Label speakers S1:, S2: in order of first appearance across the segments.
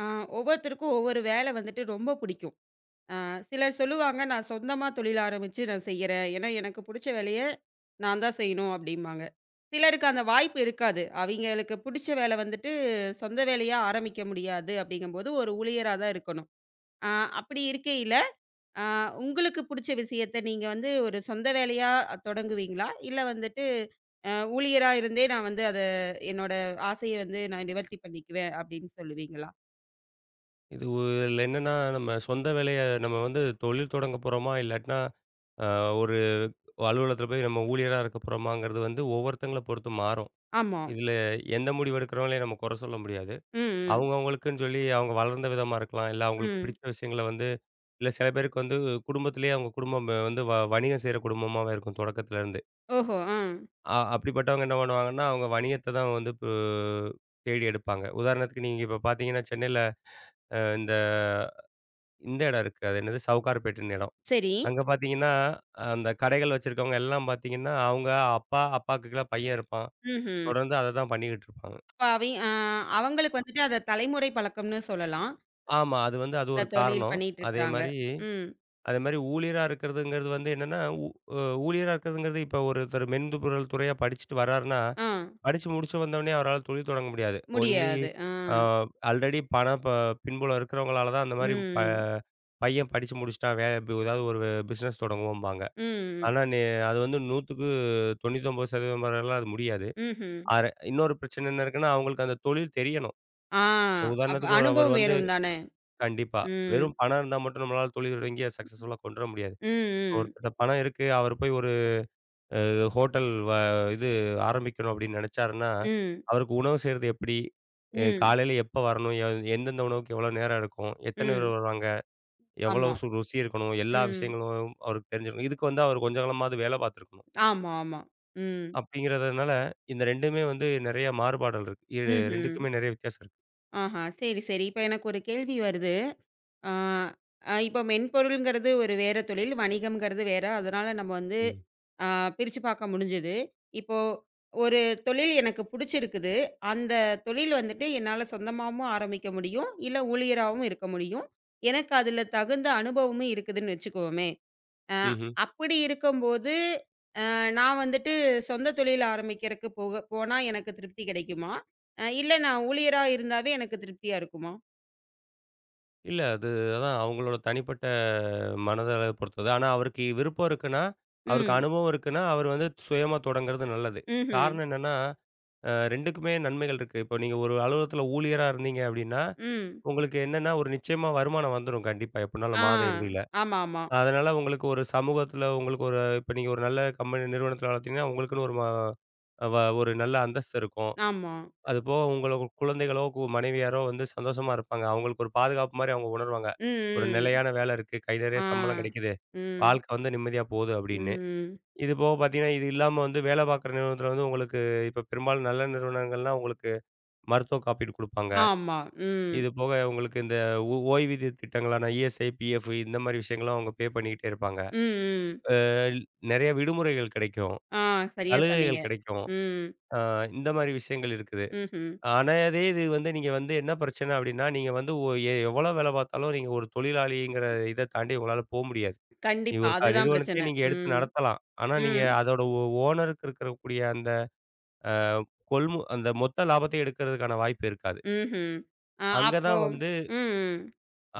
S1: ஆ, ஒவ்வொருத்தருக்கும் ஒவ்வொரு வேலை வந்துட்டு ரொம்ப பிடிக்கும். ஆ, சிலர் சொல்லுவாங்க, "நான் சொந்தமா தொழில் ஆரம்பிச்சு நான் செய்யறேன். ஏன்னா, எனக்கு புடிச்ச வேலைய நான் தான் செய்யணும்" அப்படிம்பாங்க. சிலருக்கு அந்த வாய்ப்பு இருக்காது. அவிங்களுக்கு புடிச்ச வேலை வந்துட்டு சொந்த வேலையா ஆரம்பிக்க முடியாது அப்படிங்கும்போது, ஒரு ஊழியரா தான் இருக்கணும். ஆ, அப்படி இருக்கையில, ஆ, உங்களுக்கு புடிச்ச விஷயத்த நீங்க வந்து ஒரு சொந்த வேலையா தொடங்குவீங்களா? இல்ல வந்துட்டு, ஊழியரா இருந்தே நான் வந்து அத என்னோட ஆசைய வந்து நான் நிவர்த்தி பண்ணிக்குவேன் அப்படின்னு சொல்லுவீங்களா?
S2: இதுல என்னன்னா, நம்ம சொந்த வேலைய நம்ம வந்து தொழில் தொடங்க போறோமா, இல்லாட்டினா அ ஒரு அலுவலகத்தில போய் நம்ம ஊழியரா இருக்க போறோமாங்கிறது வந்து ஒவ்வொருத்தங்கள பொறுத்து மாறும்.
S1: ஆமா.
S2: இதுல எந்த முடிவு எடுக்கிறவங்களையும் நம்ம குறை சொல்ல முடியாது.
S1: ம், ம்,
S2: அவங்க அவங்களுக்குன்னு சொல்லி அவங்க வளர்ந்த விதமா இருக்கலாம். இல்ல அவங்களுக்கு
S1: ம்.
S2: பிடிச்ச விஷயங்கள வந்து இல்ல சில பேருக்கு வந்து குடும்பத்திலேயே அவங்க குடும்பம் வந்து வணிகம் செய்ற குடும்பமாவே இருக்கும் தொடக்கத்திலருந்து.
S1: ஓஹோ! ஆ.
S2: அப்படிப்பட்டவங்க என்ன பண்ணுவாங்கன்னா, அவங்க வணிகத்த தான் வந்து தேடி எடுப்பாங்க. உதாரணத்துக்கு நீங்க இப்ப பார்த்தீங்கன்னா, சென்னையில அ இந்த இந்த இடம் இருக்கு. அது என்னது சவுகார்பேட்டுன்னு இடம்.
S1: சரி.
S2: அங்க பார்த்தீங்கன்னா, அந்த கடைகள் வச்சிருக்கவங்க எல்லாம் பார்த்தீங்கன்னா, அவங்க அப்பா அப்பாக்கு கீழ பையன் இருப்பான்.
S1: ம்ஹ்ம்.
S2: தொடர்ந்து அத தான் பண்ணிக்கிட்டு இருப்பாங்க.
S1: அப்ப அவை அ அவங்களுக்கு வந்துட்டு அத தலைமுறை பழக்கம்னு சொல்லலாம்.
S2: ஆமா. அது வந்து அது
S1: இந்த
S2: ஒரு
S1: தொழில்
S2: காரணம்.
S1: பண்ணிட்டு இருக்கிறாங்க.
S2: அதேமாரி
S1: ம்.
S2: அதேமாரி ஊழியரா இருக்கிறதுங்கிறது வந்து என்னன்னா, ஊ அ ஊழியரா இருக்கிறதுங்கிறது இப்ப ஒருத்தர் மென்பொருள் துறையா படிச்சுட்டு வர்றாருன்னா,
S1: ஆ.
S2: படிச்சு முடிச்சு வந்தோனே அவரால தொழில் தொடங்க முடியாது. ஒன்லி
S1: முடியாது. ஆ.
S2: ஆ ஆல்ரெடி பண ப பின்புலம் இருக்கிறவங்களால தான் அந்தமாரி
S1: ம்.
S2: பையன் படிச்சு முடிச்சுட்டான். ஏதாவது ஒரு பிசினஸ் தொடங்குவோம்பாங்க.
S1: ம்.
S2: ஆனா, அது வந்து 100க்கு 99% வரைலாம் அது முடியாது.
S1: ம்ஹ்ம்.
S2: அர இன்னொரு பிரச்சனை என்ன இருக்குன்னா, அவங்களுக்கு அந்த தொழில் தெரியணும்.
S1: ஆ அப்ப
S2: உதாரணத்துக்கு ஒரு அவர்
S1: அனுபவம்
S2: வந்து
S1: வேணும் தானே!
S2: கண்டிப்பா. வெறும்
S1: ம்.
S2: பணம் இருந்தா மட்டும் நம்மளால தொழில் தொடங்கி சக்சஸ்ஃபுல்லா கொண்டு வர முடியாது.
S1: ம், ம்.
S2: ஒருத்தர்ட்ட பணம் இருக்கு, அவர் போய் ஒரு அ ஹோட்டல் வ இது ஆரம்பிக்கணும் அப்படின்னு நெனைச்சாருன்னா,
S1: ம்.
S2: அவருக்கு உணவு செய்றது எப்படி?
S1: ம்.
S2: காலையில எப்ப வரணும்? எந்தெந்த உணவுக்கு எவ்வளோ நேரம் எடுக்கும்? எத்தனை பேர்
S1: ம்.
S2: வருவாங்க?
S1: ஆமா.
S2: எவ்வளவு ருசி இருக்கணும்? எல்லா
S1: ம்.
S2: விஷயங்களும் அவருக்கு தெரிஞ்சிருக்கணும். இதுக்கு வந்து அவர் கொஞ்ச காலமாவது வேலை பார்த்துருக்கணும்.
S1: ஆமா, ஆமா. ம்.
S2: அப்படிங்கிறதுனால, இந்த 2மே வந்து நெறைய மாறுபாடல் இருக்கு.
S1: ம்ஹ்ம்.
S2: 2க்குமே நெறைய வித்தியாசம் இருக்கு.
S1: ஆஹா! சரி, சரி. இப்ப எனக்கு ஒரு கேள்வி வருது. ஆ, இப்போ மென்பொருள்ங்கிறது ஒரு வேற தொழில், வணிகம்ங்கிறது வேற. அதனால நம்ம வந்து
S2: ம்.
S1: ஆ பிரிச்சு பார்க்க முடிஞ்சது. இப்போ ஒரு தொழில் எனக்கு புடிச்சிருக்குது. அந்த தொழில் வந்துட்டு என்னால சொந்தமாவும் ஆரம்பிக்க முடியும். இல்ல ஊழியராவும் இருக்க முடியும். எனக்கு அதுல தகுந்த அனுபவமும் இருக்குதுன்னு வச்சுக்குவோமே. அ
S2: ம்ஹ்ம்.
S1: அப்படி இருக்கும்போது, நான் வந்துட்டு சொந்த தொழில் ஆரம்பிக்கிறக்கு போக போனா எனக்கு திருப்தி கிடைக்குமா? இல்ல நான் ஊழியரா இருந்தாவே எனக்கு திருப்தியா இருக்குமா?
S2: இல்ல அது அதான் அவங்களோட தனிப்பட்ட மனதளவு பொறுத்தது. ஆனா அவருக்கு விருப்பம் இருக்குன்னா, அவருக்கு
S1: ம்.
S2: அனுபவம் இருக்குன்னா, அவர் வந்து சுயமா தொடங்குறது நல்லது.
S1: ம்ஹ்ம்.
S2: காரணம் என்னன்னா, 2க்குமே நன்மைகள் இருக்கு. இப்போ நீங்க ஒரு அலுவலகத்தில ஊழியரா இருந்தீங்க அப்படின்னா,
S1: ம்.
S2: உங்களுக்கு என்னன்னா ஒரு நிச்சயமா வருமானம் வந்துரும் கண்டிப்பா எப்படினாலும்
S1: ஆ.
S2: மாத இறுதியில.
S1: ஆமாமா.
S2: அதனால உங்களுக்கு ஒரு சமூகத்தில உங்களுக்கு ஒரு இப்ப நீங்க ஒரு நல்ல கம்பெனி நிறுவனத்தில வளர்த்தீங்கன்னா, உங்களுக்குன்னு ஒரு ம வ ஒரு நல்ல அந்தஸ்து இருக்கும்.
S1: ஆமா. ஆமா
S2: அது போக உங்களோட குழந்தைகளோ, மனைவியாரோ வந்து சந்தோஷமா இருப்பாங்க. அவங்களுக்கு ஒரு பாதுகாப்பு மாரி அவங்க உணருவாங்க. ஒரு
S1: ம், ம்.
S2: நிலையான வேலை இருக்கு. கை நிறைய
S1: ஆ.
S2: சம்பளம் கிடைக்குது.
S1: ம்.
S2: வாழ்க்கை வந்து நிம்மதியா போகுது அப்படின்னு.
S1: ம்.
S2: இது போக பார்த்தீங்கன்னா, இது இல்லாம வந்து வேலை பார்க்குற நிறுவனத்தில வந்து உங்களுக்கு இப்ப பெரும்பாலும் நல்ல நிறுவனங்கள்லாம் உங்களுக்கு மருத்துவ காப்பீடு குடுப்பாங்க.
S1: ஆமா. ம்.
S2: இது போக உங்களுக்கு இந்த ஓய்வூதிய திட்டங்களான இஎஸ்ஐ, பிஎஃப் இந்த மாரி விஷயங்களும் அவங்க பண்ணிக்கிட்டே இருப்பாங்க.
S1: ம், ம்.
S2: அ நிறைய விடுமுறைகள் கிடைக்கும்.
S1: ஆ சரியா சொன்னீங்க.
S2: சலுகைகள் கிடைக்கும்.
S1: ம்.
S2: அ இந்த மாரி விஷயங்கள் இருக்கு.
S1: ம்ஹ்ம்.
S2: ஆனா, அதே இது வந்து நீங்க வந்து என்ன பிரச்சனை அப்டின்னா, நீங்க வந்து ஒ எ எவ்வளோ வேல பார்த்தாலும் நீங்க ஒரு தொழிலாளிங்கிற இத தாண்டி உங்களால போ முடியாது. நீங்க
S1: கண்டிப்பா.
S2: ஒரு
S1: அதுதான்
S2: நிறுவனத்தையே
S1: பிரச்சனை.
S2: நீங்க எடுத்து
S1: ம்.
S2: நடத்தலாம். ஆனா, நீங்க
S1: ம்.
S2: அதோட ஓனருக்கு இருக்கக்கூடிய அந்த அ கொள்மு அந்த மொத்த லாபத்தையும் எடுக்கிறதுக்கான வாய்ப்பு இருக்காது.
S1: ம்ஹ்ம்.
S2: அங்க
S1: அப்போ
S2: தான்
S1: ம்.
S2: வந்து
S1: ம்.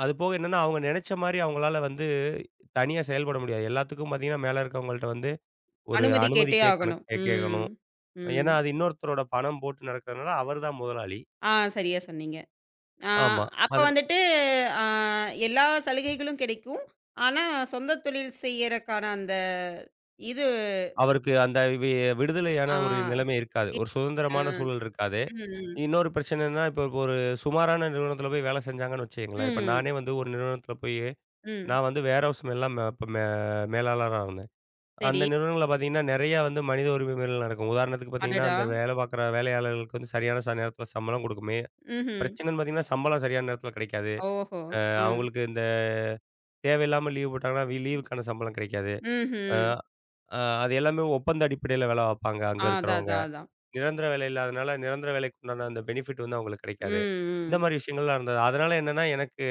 S2: அது போக என்னன்னா, அவங்க நெனச்ச மாரி அவங்களால வந்து தனியா செயல்பட முடியாது. எல்லாத்துக்கும் பார்த்தீங்கன்னா, மேல இருக்கவங்கள்ட்ட வந்து ஒரு
S1: அனுமதி
S2: அனுமதி
S1: கேட்டே
S2: கேட்கணும்
S1: ஆகணும். ம்.
S2: கேட்கணும்.
S1: ம்.
S2: ஏன்னா, அது இன்னொருத்தரோட பணம் போட்டு நடக்கிறதுனால அவர் தான் முதலாளி.
S1: ஆ சரியா சொன்னீங்க. ஆ
S2: ஆமா.
S1: அப்ப
S2: அது
S1: வந்துட்டு அ எல்லா சலுகைகளும் கிடைக்கும். ஆனா, சொந்த தொழில் செய்யறக்கான அந்த இது
S2: அவருக்கு அந்த விடுதலையான
S1: ஆ.
S2: ஒரு நிலைமை இருக்காது. ஒரு
S1: ஆ.
S2: சுதந்திரமான சூழல் இருக்காது.
S1: ம்,
S2: இன்னொரு பிரச்சனை என்னன்னா, இப்போ ஒரு சுமாரான நிறுவனத்தில போய் வேலை செஞ்சாங்கன்னு வச்சுக்கங்களேன், இப்ப
S1: ம்,
S2: நானே வந்து ஒரு நிறுவனத்தில போய்
S1: ம்.
S2: நான் வந்து வேர்ஹவுஸ் எல்லாம் மே இப்ப மே மேலாளரா இருந்தேன். அந்த
S1: சரி.
S2: நிறுவனங்கள்ல பார்த்தீங்கன்னா, நெறையா வந்து மனித உரிமை மீறல் நடக்கும். உதாரணத்துக்கு பார்த்தீங்கன்னா,
S1: அடடா!
S2: அந்த வேலை பார்க்குற வேலையாளர்களுக்கு வந்து சரியான நேரத்தில சம்பளம் கொடுக்குமே
S1: ம்ஹ்ம்.
S2: பிரச்சனைன்னு பார்த்தீங்கன்னா, சம்பளம் சரியான நேரத்தில கிடைக்காது.
S1: ஓஹோ!
S2: அ
S1: ஆ.
S2: அவங்களுக்கு இந்த தேவையில்லாம லீவ் போட்டாங்கன்னா, லீவுக்கான சம்பளம் கிடைக்காது. அ
S1: ம்ஹ்ம்.
S2: அ அது எல்லாமே ஒப்பந்த அடிப்படையில வேலை பார்ப்பாங்க, அங்க
S1: ஆ அதான்,
S2: இருக்கிறவங்க.
S1: அதான், அதான்.
S2: நிரந்தர வேலை இல்லாதனால, நிரந்தர வேலைக்கு உண்டான அந்த பெனிஃபிட் வந்து அவங்களுக்கு கிடைக்காது. இந்த
S1: ம், ம்.
S2: மாரி விஷயங்கள்லாம் இருந்தது. அதனால என்னன்னா, எனக்கு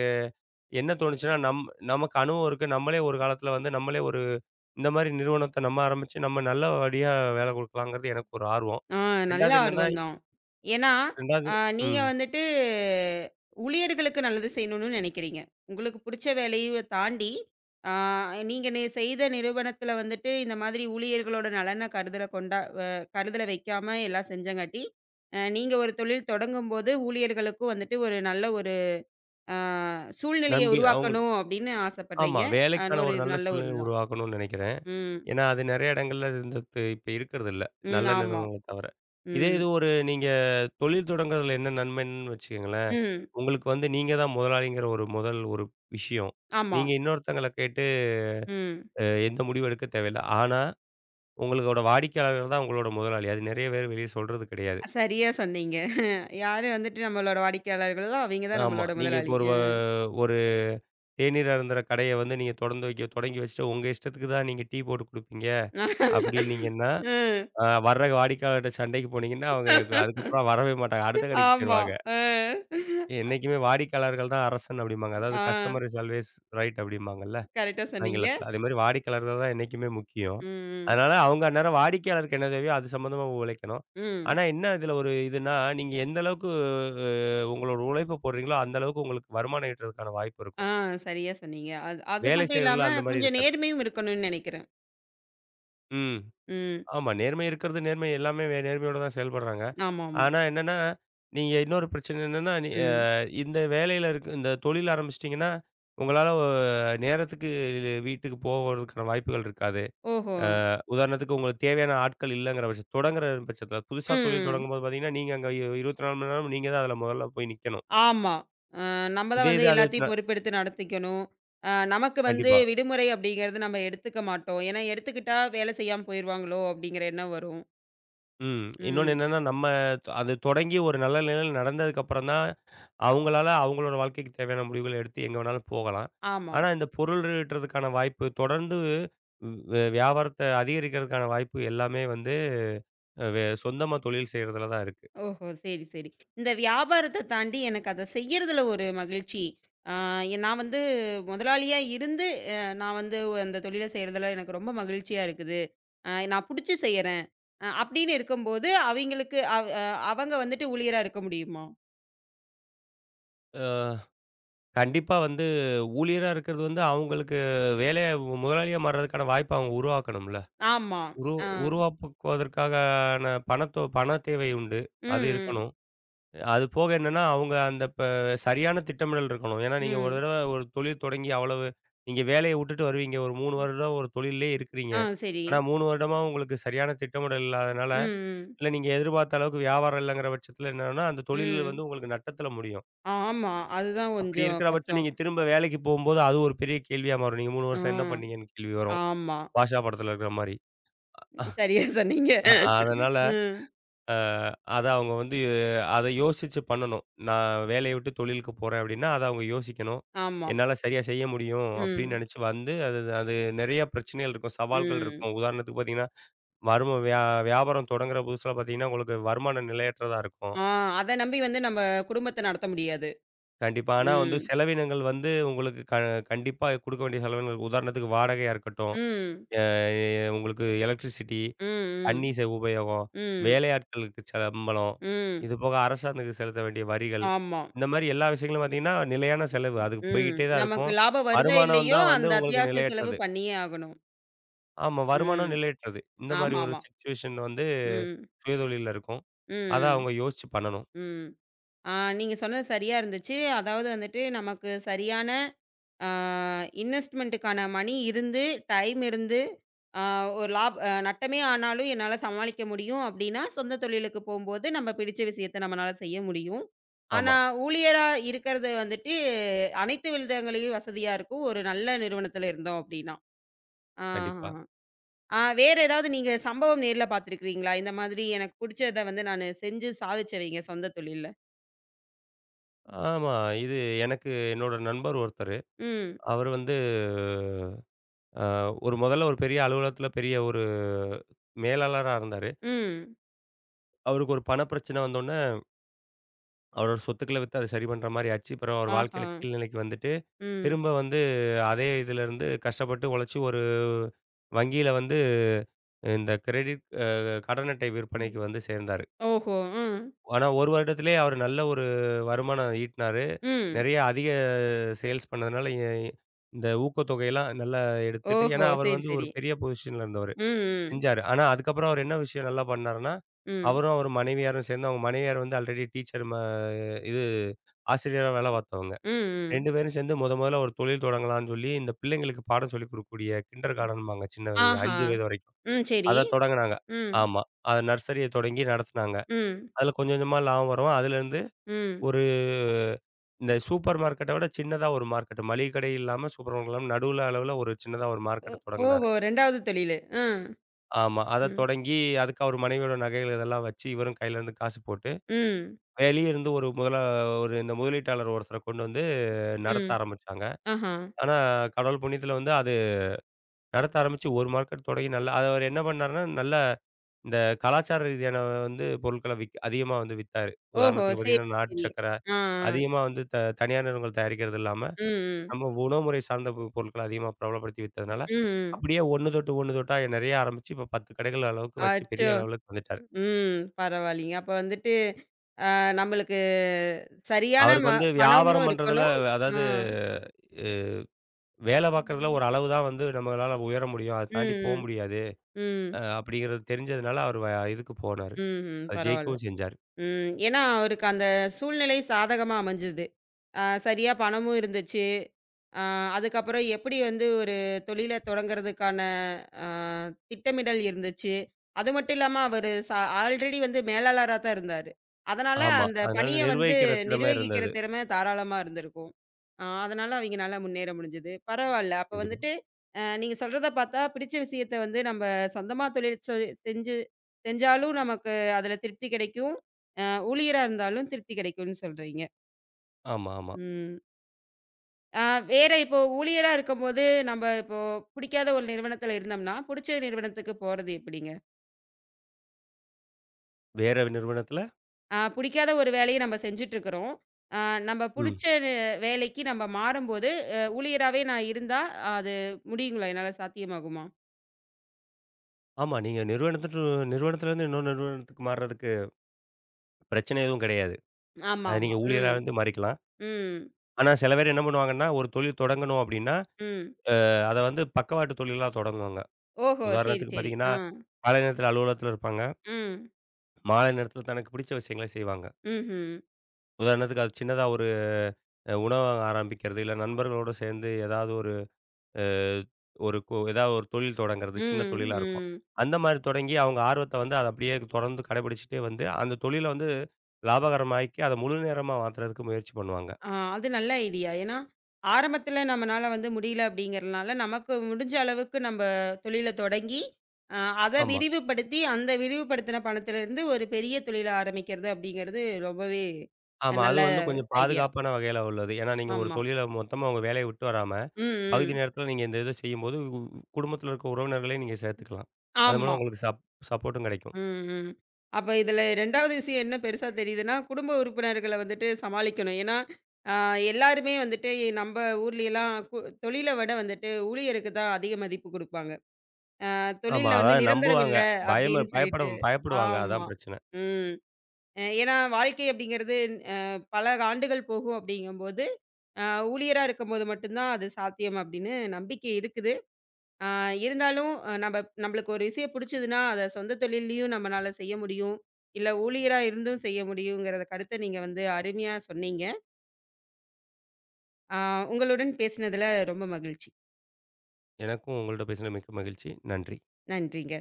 S2: என்ன தோணுச்சுன்னா, நமக்கு அனுபவம் இருக்கு. நம்மளே ஒரு காலத்தில வந்து நம்மளே ஒரு இந்த மாரி நிறுவனத்த நம்ம ஆரம்பிச்சு, நம்ம நல்ல படியா வேலை குடுக்கலாங்கிறது எனக்கு ஒரு ஆர்வம்.
S1: ஆ நல்ல
S2: 2வது என்னன்னா
S1: ஆர்வம் தான். ஏன்னா,
S2: 2வது
S1: அ நீங்க
S2: ம்.
S1: வந்துட்டு ஊழியர்களுக்கு நல்லது செய்யணும்னு நினைக்கிறீங்க. உங்களுக்கு புடிச்ச வேலைய தாண்டி, ஆ நீங்க செய்த நிறுவனத்தில வந்துட்டு இந்த மாதிரி ஊழியர்களோட நலன அ கருதல வைக்காம எல்லாம் செஞ்சங்காட்டி, நீங்க ஒரு தொழில் தொடங்கும்போது ஊழியர்களுக்கும் வந்துட்டு ஒரு நல்ல ஒரு ஆ சூழ்நிலைய
S2: நம்பி அவங்களுக்கு
S1: உருவாக்கணும் அப்படின்னு
S2: ஆமா.
S1: ஆசைப்படுறீங்க.
S2: வேலைக்கான
S1: ஒரு
S2: ஒரு
S1: இது
S2: நல்ல
S1: நல்ல ஒரு
S2: சூழ்நிலை
S1: இதுதான்.
S2: உருவாக்கணும்னு நினைக்கிறேன்.
S1: ம்,
S2: ஏன்னா, அது நெறைய இடங்கள்ல இருந்தது இப்ப இருக்கிறதில்ல.
S1: ம்.
S2: நல்ல
S1: ஆமா.
S2: நிறுவனங்கள தவிர. இதே
S1: ம்,
S2: இது ஒரு நீங்க தொழில் தொடங்குறதுல என்ன நன்மைன்னு வச்சுக்கங்களேன்
S1: ம்.
S2: உங்களுக்கு வந்து நீங்க தான் முதலாளிங்கிற ஒரு முதல் ஒரு விஷயம்.
S1: ஆமா.
S2: நீங்க இன்னொருத்தங்கள கேட்டு
S1: ம்.
S2: எந்த முடிவும் எடுக்க தேவையில்ல. ஆனா, உங்களோட வாடிக்கையாளர்கள் தான் உங்களோட முதலாளி. அது நெறைய பேர் வெளிய சொல்றது கிடையாது.
S1: சரியா சொன்னீங்க. யாரு வந்துட்டு நம்மளோட வாடிக்கையாளர்களோ, அவைங்க தான்
S2: ஆமா.
S1: நம்மளோட
S2: நீங்க இப்போ
S1: முதலாளி. அ.
S2: ஒரு தேநீர் அருந்துற கடைய வந்து நீங்க தொறந்து வைக்க தொடங்கி வச்சுட்டு, உங்க இஷ்டத்துக்கு தான் நீங்க டீ போட்டு குடுப்பீங்க அப்டின்னீங்கன்னா,
S1: ம்.
S2: வர்ற வாடிக்கையாளர்ட்ட சண்டைக்கு போனீங்கன்னா, அவங்க அதுக்கப்புறம் வரவே மாட்டாங்க. அடுத்த கடைக்கு
S1: ஆமா.
S2: போயிருவாங்க.
S1: அ.
S2: என்னைக்குமே வாடிக்கையாளர்கள் தான் அரசன் அப்டிம்பாங்க. அதாவது
S1: ஆ
S2: கஸ்டமர் இஸ் ஆல்வேஸ் ரைட் அப்டிம்பாங்கல்ல.
S1: கரெக்ட்டா சொன்னீங்க.
S2: ஆங்கிலத்தில. அதேமாரி வாடிக்கையாளர்கள் தான் என்னைக்குமே முக்கியம்.
S1: ம், ம்.
S2: அதனால அவங்க அந்நேரம் வாடிக்கையாளருக்கு என்ன தேவையோ அது சம்மந்தமா உழைக்கணும்.
S1: ம்.
S2: ஆனா என்ன இதில ஒரு இதுன்னா, நீங்க எந்த அளவுக்கு உங்களோட உழைப்ப போடுறீங்களோ, அந்த அளவுக்கு உங்களுக்கு வருமானம் ஈட்டுறதுக்கான வாய்ப்பு
S1: ஆ
S2: இருக்கும்.
S1: சரியா சொன்னீங்க. அது அது
S2: வேலை
S1: மட்டும்
S2: செய்றதில
S1: இல்லாம
S2: அந்த மாரி
S1: கொஞ்சம்
S2: இருக்காது.
S1: நேர்மையும் இருக்கணும்னு நெனைக்கிறேன்.
S2: ம்.
S1: ம்.
S2: ஆமா. நேர்மை இருக்கிறது நேர்மை எல்லாமே நேர்மையோட தான் செயல்படுறாங்க.
S1: ஆமாமா.
S2: ஆனா என்னன்னா, நீங்க இன்னொரு பிரச்சனை என்னன்னா, நீ அ
S1: ம்.
S2: இந்த வேலையில இருக்கு இந்த தொழில் ஆரம்பிச்சுட்டீங்கன்னா, உங்களால நேரத்துக்கு வீட்டுக்கு போவதற்கான வாய்ப்புகள் இருக்காது.
S1: ஓஹோ!
S2: அ உதாரணத்துக்கு உங்களுக்கு தேவையான ஆட்கள் இல்லங்கிற பட்ச தொடங்குற பட்சத்தில புதுசா தொழில்
S1: ம்.
S2: தொடங்கும்போது பார்த்தீங்கன்னா, நீங்க அங்க 24 மணி நேரமும் நீங்க தான் அதில முதல்ல போய் நிக்கணும்.
S1: ஆமா. அ நம்ம தான்
S2: இதே
S1: வந்து
S2: இது அது ந
S1: எல்லாத்தையும் பொறுப்பெடுத்து நடத்திக்கணும். நமக்கு வந்து
S2: கண்டிப்பா.
S1: விடுமுறை அப்படிங்கிறது நம்ம எடுத்துக்க மாட்டோம். ஏன்னா எடுத்துக்கிட்டா வேலை செய்யாம போயிருவாங்களோ அப்படிங்கிற எண்ணம் வரும்.
S2: ம். இன்னொன்னு
S1: ம்.
S2: என்னன்னா, அது தொடங்கி ஒரு நல்ல நிலையில நடந்ததுக்கு அப்புறம் தான், அவங்களால அவங்களோட வாழ்க்கைக்கு தேவையான முடிவுகள எடுத்து எங்க வேணாலும் போகலாம்.
S1: ஆமா.
S2: ஆனா இந்த பொருள் ஈட்டுறதுக்கான வாய்ப்பு தொடர்ந்து வியாபாரத்த அதிகரிக்கிறதுக்கான வாய்ப்பு எல்லாமே வந்து, அ வே சொந்தமா தொழில் செய்றதுல தான் இருக்கு.
S1: ஓஹோ! சரி, சரி. இந்த வியாபாரத்த தாண்டி எனக்கு அத செய்யறதுல ஒரு மகிழ்ச்சி. ஆ நான் வந்து முதலாளியா இருந்து நான் வந்து அந்த தொழில செய்றதுல எனக்கு ரொம்ப மகிழ்ச்சியா இருக்குது. நான் புடிச்சு செய்யறேன். அப்படின்னு இருக்கும்போது அவிங்களுக்கு அவ் அ அவங்க வந்துட்டு ஊழியரா இருக்க முடியுமா?
S2: அ. கண்டிப்பா வந்து ஊழியரா இருக்கிறது வந்து அவங்களுக்கு வேலைய முதலாளியா மாறுறதுக்கான வாய்ப்ப அவங்க உருவாக்கணும்ல.
S1: ஆமா.
S2: உரு
S1: ஆ.
S2: உருவாக்குவதற்கான பணத்தோ பண தேவை உண்டு. அது
S1: ம்.
S2: இருக்கணும். அது போக என்னன்னா, அவங்க அந்த இப்ப சரியான திட்டமிடல் இருக்கணும். ஏன்னா நீங்க ஒரு
S1: ம்.
S2: தடவ ஒரு தொழில் தொடங்கி அவ்வளவு நீங்க வேலைய விட்டுட்டு வருவீங்க. ஒரு 3 வருடம் ஒரு தொழில்லயே இருக்கிறீங்க.
S1: ஆ சரி.
S2: ஆனா 3 வருடமா உங்களுக்கு சரியான திட்டமிடல் இல்லாதனால,
S1: ம், ம்,
S2: இல்ல நீங்க எதிர்பார்த்த அளவுக்கு வியாபாரம் இல்லங்கிற பட்சத்தில என்னன்னா, அந்த தொழில்
S1: ம்.
S2: வந்து உங்களுக்கு நட்டத்தில முடியும்.
S1: ஆமா. அதுதான்
S2: அப்படி
S1: கொஞ்சம்
S2: இருக்கிற பட்சம்
S1: கஷ்டம்.
S2: நீங்க திரும்ப வேலைக்கு போகும்போது, அது ஒரு பெரிய கேள்வியா மாறும். நீங்க 3 வருஷம் என்ன
S1: ம்.
S2: பண்ணீங்கன்னு கேள்வி வரும்.
S1: ஆமா.
S2: பாஷா படத்துல இருக்கிற மாரி.
S1: சரியா சொன்னீங்க.
S2: அ அதனால
S1: ம்.
S2: அ அத அவங்க வந்து அத யோசிச்சு பண்ணணும். நான் வேலைய விட்டு தொழிலுக்கு போறேன் அப்படின்னா, அத அவங்க யோசிக்கணும்.
S1: ஆமா.
S2: என்னால சரியா செய்ய முடியும் அப்படின்னு
S1: ம்,
S2: நினைச்சு வந்து, அது அது நிறைய பிரச்சனைகள் இருக்கும். சவால்கள்
S1: ம்.
S2: இருக்கும். உதாரணத்துக்கு பார்த்தீங்கன்னா, வரும வியா வியாபாரம் தொடங்குற புதுசுல பார்த்தீங்கன்னா, உங்களுக்கு வருமானம் நிலையற்றதா இருக்கும்.
S1: ஆ அத நம்பி வந்து நம்ம குடும்பத்த நடத்த முடியாது.
S2: கண்டிப்பா. ஆனா வந்து
S1: ம்,
S2: செலவினங்கள் வந்து உங்களுக்கு கண்டிப்பா குடுக்க வேண்டிய செலவினங்கள் உதாரணத்துக்கு வாடகையா இருக்கட்டும்.
S1: ம்,
S2: அ உங்களுக்கு எலக்ட்ரிசிட்டி,
S1: ம்,
S2: தண்ணீ
S1: ம்,
S2: செ உபயோகம்,
S1: ம்,
S2: வேலையாட்களுக்கு சம்பளம்,
S1: ம்.
S2: இது போக அரசாங்கத்துக்கு செலுத்த வேண்டிய வரிகள்,
S1: ஆமா.
S2: இந்த மாரி எல்லா விஷயங்களும் பார்த்தீங்கன்னா, நிலையான செலவு. அதுக்கு
S1: ம்.
S2: போய்க்கிட்டே தான்
S1: நமக்கு
S2: இருக்கும்.
S1: லாபம் வருதோ
S2: வருமானம்
S1: இல்லையோ,
S2: தான் வந்து
S1: அந்த
S2: உங்களுக்கு
S1: அத்தியாவசிய செலவு
S2: நிலையற்றது.
S1: பண்ணியே ஆகணும்.
S2: ஆமா, வருமானம்
S1: ம்.
S2: நிலையற்றது. இந்த மாரி ஒரு
S1: ஆமாமா.
S2: சிச்சுவேஷன் வந்து
S1: ம்,
S2: சுயதொழில்ல இருக்கும். அத
S1: ம்,
S2: அவங்க யோசிச்சு பண்ணணும்.
S1: ம். ஆ நீங்க சொன்னது சரியா இருந்துச்சு. அதாவது வந்துட்டு நமக்கு சரியான ஆ இன்வெஸ்ட்மென்ட்டுக்கான மணி இருந்து, டைம் இருந்து, ஆ ஒரு லாப் அ நட்டமே ஆனாலும் என்னால சமாளிக்க முடியும் அப்டின்னா, சொந்த தொழிலுக்கு போம்போது நம்ம பிடிச்ச விஷயத்த நம்மனால செய்ய முடியும்.
S2: ஆமா,
S1: ஆனா, ஊழியரா இருக்கிறது வந்துட்டு அனைத்து விதங்களையும் வசதியா இருக்கும். ஒரு நல்ல நிறுவனத்துல இருந்தோம் அப்டின்னா. ஆஹ.
S2: கண்டிப்பா.
S1: ஆ வேற ஏதாவது நீங்க சம்பவம் நேர்ல பார்த்துருக்கிறீங்களா? இந்த மாதிரி எனக்கு புடிச்சத வந்து நானு செஞ்சு சாதிச்சவைங்க சொந்த தொழில்ல.
S2: ஆமா, இது எனக்கு என்னோட நண்பர் ஒருத்தரு.
S1: ம்.
S2: அவரு வந்து அ ஒரு முதல்ல ஒரு பெரிய அலுவலகத்தில பெரிய ஒரு மேலாளரா இருந்தாரு.
S1: ம்.
S2: அவருக்கு ஒரு பண பிரச்சனை வந்தோனே, அவரோட சொத்துக்கள வித்து அத சரி பண்ற மாரி ஆச்சு. அப்புறம் அவர்
S1: ஆஹா!
S2: வாழ்க்கையில கீழ் நிலைக்கு வந்துட்டு,
S1: ம்.
S2: திரும்ப வந்து அதே இதுலருந்து கஷ்டப்பட்டு உழைச்சு ஒரு வங்கியில வந்து இந்த கிரெடிட் அ கடன் அட்டை
S1: ம்.
S2: விற்பனைக்கு வந்து சேர்ந்தாரு.
S1: ஓஹோ! ம்.
S2: ஆனா 1 வருடத்திலேயே அவர் நல்ல ஒரு வருமானம் ஈட்டினாரு.
S1: ம்.
S2: நெறைய அதிக சேல்ஸ் பண்ணதுனால, இந்த ஊக்கத்தொகையெல்லாம் நல்லா எடுத்துட்டு
S1: ஓஹோ!
S2: ஏன்னா அவர்
S1: சரி,
S2: வந்து ஒரு
S1: சரி.
S2: பெரிய பொசிஷன்ல இருந்தவரு.
S1: ம், ம்.
S2: செஞ்சாரு. ஆனா அதுக்கப்புறம் அவர் என்ன விஷயம் நல்லா பண்ணாருன்னா,
S1: ம்.
S2: அவரும் அவர் மனைவியாரும் சேர்ந்து அவங்க மனைவியார் வந்து ஆல்ரெடி டீச்சர் இது ஆசிரியரா வேலை பார்த்தவங்க.
S1: ம், ம்.
S2: 2 பேரும் சேர்ந்து மொதல்ல ஒரு தொழில் தொடங்கலான்னு சொல்லி, இந்த பிள்ளைங்களுக்கு பாடம் சொல்லிக் கொடுக்கக்கூடிய கிண்டர் கார்டன்ம்பாங்க சின்ன வயது
S1: ஆஹா!
S2: 5 வயது வரைக்கும்.
S1: ம். சரி.
S2: அத தொடங்குனாங்க.
S1: ம்.
S2: ஆமா. அது நர்சரிய தொடங்கி நடத்துனாங்க.
S1: ம்.
S2: அதுல கொஞ்சம் கொஞ்சமா லாபம் வரும். அதுலேருந்து
S1: ம்.
S2: ஒரு இந்த சூப்பர் மார்க்கெட்ட விட சின்னதா ஒரு மார்க்கெட். மளிகை கடை இல்லாம சூப்பர் மார்க்கெட் இல்லாம நடுவுல அளவுல ஒரு சின்னதா ஒரு
S1: ஓ
S2: மார்க்கெட்ட தொடங்குனாரு.
S1: ஓஹோ! 2வது தொழிலு. ம்.
S2: ஆமா. அத
S1: ம்.
S2: தொடங்கி அதுக்கு அவர் மனைவியோட நகைகள் இதெல்லாம் வச்சு இவரும் கையில இருந்து காசு போட்டு,
S1: ம்.
S2: வெளிய இருந்து ஒரு இந்த முதலீட்டாளர் ஒருத்தர கொண்டு வந்து நடத்த
S1: ம்.
S2: ஆரம்பிச்சாங்க.
S1: ஆஹா!
S2: ஆனா, கடவுள் புண்ணியத்துல வந்து அது நடத்த ஆரம்பிச்சு 1 மார்க்கெட் தொடங்கி நல்லா அது அவரு என்ன பண்ணாருன்னா, நல்ல இந்த கலாச்சார ரீதியான வந்து பொருட்கள விக் அதிகமா வந்து வித்தாரு.
S1: ஓஹோ!
S2: உதாரணத்துக்கு
S1: சரி,
S2: பார்த்தீங்கன்னா, நாட்டு
S1: சரி.
S2: சர்க்கரை
S1: ஆ, ஆ.
S2: அதிகமா வந்து தனியார் நிறுவனங்கள் தயாரிக்கிறது இல்லாம,
S1: ம், ம்.
S2: நம்ம உணவுமுறை சார்ந்த பொருட்கள அதிகமா பிரபலப்படுத்தி
S1: ம்,
S2: வித்ததுனால,
S1: ம்.
S2: அப்படியே 1 தொட்டு 1 தொட்டா நெறைய ஆரம்பிச்சு, இப்போ 10 கடைகள் அளவுக்கு வச்சு பெரிய
S1: அச்சோ!
S2: லெவலுக்கு வந்துட்டாரு.
S1: ம். பரவாயில்லைங்க. அப்ப வந்துட்டு அ நம்மளுக்கு சரியான
S2: அவருக்கு வந்து
S1: பணமும்
S2: வியாபாரம் பண்றதுல
S1: இருக்கணும். ஆ.
S2: அதாவது அ வேல பார்க்கறதுல ஒரு அளவு தான் வந்து நம்மளால உயர முடியும். அத
S1: ம்,
S2: தாண்டி போ
S1: ம்.
S2: முடியாது.
S1: ம்.
S2: அப்படிங்கிறது தெரிஞ்சதுனால அவரு வ இதுக்கு போனாரு.
S1: ம்ஹ்ம்.
S2: அது
S1: பரவால்ல.
S2: ஜெயிக்கவும் செஞ்சாரு.
S1: ம். ஏன்னா, அவருக்கு அந்த சூழ்நிலை சாதகமா அமைஞ்சது. சரியா பணமும் இருந்துச்சு. அ அதுக்கப்புறம் எப்படி வந்து ஒரு தொழில தொடங்குறதுக்கான அ திட்டமிடல் இருந்துச்சு. அது மட்டும் இல்லாம அவரு ஆல்ரெடி வந்து மேலாளரா தான் இருந்தாரு. அதனால
S2: ஆமா.
S1: அந்த
S2: அதனால
S1: பணிய வந்து
S2: நிர்வகிக்கிற திறமை
S1: நிர்வகிக்கிற
S2: இருந்தது.
S1: திறமை தாராளமா இருந்திருக்கும். அதனால அவிங்கனால முன்னேற முடிஞ்சது. பரவால்ல. அப்ப
S2: கண்டிப்பா.
S1: வந்துட்டு நீங்க சொல்றத பார்த்தா, பிடிச்ச விஷயத்த வந்து நம்ப சொந்தமா தொழில் செஞ்சு செஞ்சாலும் நமக்கு அதுல திருப்தி கிடைக்கும். அ ஊழியரா இருந்தாலும் திருப்தி கிடைக்கும்னு சொல்றீங்க.
S2: ஆமா, ஆமா.
S1: ம். அ வேற இப்போ ஊழியரா இருக்கும்போது, நம்ப இப்போ புடிக்காத ஒரு நிறுவனத்துல இருந்தோம்னா, புடிச்ச நிறுவனத்துக்கு போறது எப்படிங்க?
S2: வேற நிறுவனத்துல
S1: புடிக்காத ஒரு வேலைய நம்ம செஞ்சுட்டுருக்குறோம். அ நம்ப
S2: ம்.
S1: புடிச்ச வேலைக்கு நம்ம மாறும்போது, ஊழியராவே நான் இருந்தா, அது முடியுங்களா? என்னால சாத்தியமாகுமா?
S2: ஆமா. நீங்க நிறுவனத்துலருந்து இன்னொரு நிறுவனத்துக்கு மாறுறதுக்கு பிரச்சனை எதுவும் கிடையாது. அது
S1: ஆமாமா.
S2: நீங்க ஊழியரா
S1: ம்.
S2: இருந்து மாறிக்கலாம்.
S1: ம்.
S2: ஆனா சில பேர் என்ன பண்ணுவாங்கன்னா, ஒரு தொழில் தொடங்கணும் அப்படின்னா,
S1: ம்.
S2: அத வந்து பக்கவாட்டு தொழிலா தொடங்குவாங்க.
S1: ஓஹோ! சரி,
S2: உதாரணத்துக்கு
S1: சரி.
S2: பார்த்தீங்கன்னா,
S1: ஆ.
S2: காலை நேரத்துல அலுவலகத்துல இருப்பாங்க.
S1: ம்.
S2: மாலை நேரத்துல தனக்கு பிடிச்ச விஷயங்கள செய்வாங்க.
S1: ம்ஹ்ம்.
S2: உதாரணத்துக்கு அது சின்னதா ஒரு உணவகம் ஆரம்பிக்கிறது, இல்ல நண்பர்களோட சேர்ந்து ஏதாவது ஒரு அ ஒரு கொ ஏதாவது ஒரு தொழில் தொடங்குறது, சின்ன
S1: ம்.
S2: தொழிலா இருக்கும்.
S1: ம்.
S2: அந்த மாரி தொடங்கி அவங்க ஆர்வத்த வந்து அத அப்படியே தொடர்ந்து கடைபிடிச்சுட்டே வந்து, அந்த தொழில வந்து லாபகரமாக்கி, அத முழு நேரமா மாத்துறதுக்கு முயற்சி பண்ணுவாங்க.
S1: ஆ, அது நல்ல ஐடியா. ஏன்னா, ஆரம்பத்தில நம்மனால வந்து முடியல அப்படிங்கிறனால, நமக்கு முடிஞ்ச அளவுக்கு நம்ப தொழில தொடங்கி, அ அத
S2: ஆமா.
S1: விரிவுபடுத்தி, அந்த விரிவுபடுத்தின பணத்திலிருந்து ஒரு பெரிய தொழில ஆரம்பிக்கிறது அப்படிங்கிறது ரொம்பவே
S2: ஆமா. அது
S1: நல்ல
S2: வந்து கொஞ்சம்
S1: ஐடியா.
S2: பாதுகாப்பான வகையில உள்ளது. ஏன்னா, நீங்க ஒரு
S1: ஆமா.
S2: தொழில மொத்தமா உங்க வேலைய விட்டு வராம,
S1: ம்,
S2: பகுதி
S1: ம்.
S2: நேரத்தில நீங்க இந்த இத செய்யும்போது, குடும்பத்தில இருக்க உறவினர்களையும் நீங்க சேர்த்துக்கலாம். அது மூலம்
S1: ஆமா.
S2: உங்களுக்கு சப்போர்ட்டும் கிடைக்கும்.
S1: ம், ம். அப்ப இதில 2வது விஷயம் என்ன பெருசா தெரியுதுன்னா, குடும்ப உறுப்பினர்கள வந்துட்டு சமாளிக்கணும். ஏன்னா, அ எல்லாருமே வந்துட்டு நம்ப ஊர்லயெல்லாம் தொழில விட வந்துட்டு ஊழியருக்கு தான் அதிக மதிப்பு குடுப்பாங்க.
S2: ஆமா.
S1: தொழில்ல வந்து
S2: அதாவது
S1: நிரந்தரம்
S2: நம்புவாங்க.
S1: இல்ல
S2: பயம
S1: அப்படின்னு
S2: பயப்பட
S1: சொல்லிட்டு.
S2: பயப்படுவாங்க.
S1: ஆமா.
S2: அதான் பிரச்சனை.
S1: ம். ஏன்னா வாழ்க்கை அப்படிங்கிறது அ பல ஆண்டுகள் போகும் அப்படிங்கும்போது, அ ஊழியரா இருக்கும்போது மட்டும் தான் அது சாத்தியம் அப்படின்னு நம்பிக்கை இருக்குது. ஆ இருந்தாலும் நம்ம நம்மளுக்கு ஒரு விஷயம் புடிச்சதுன்னா, அத சொந்த தொழில்லயும் நம்மனால செய்ய முடியும். இல்ல ஊழியரா இருந்தும் செய்ய முடியுங்கிற கருத்த நீங்க வந்து அருமையா சொன்னீங்க. ஆ உங்களுடன் பேசினதுல ரொம்ப மகிழ்ச்சி.
S2: எனக்கும் உங்கள்ட்ட பேசினது மிக்க மகிழ்ச்சி. நன்றி.
S1: நன்றிங்க.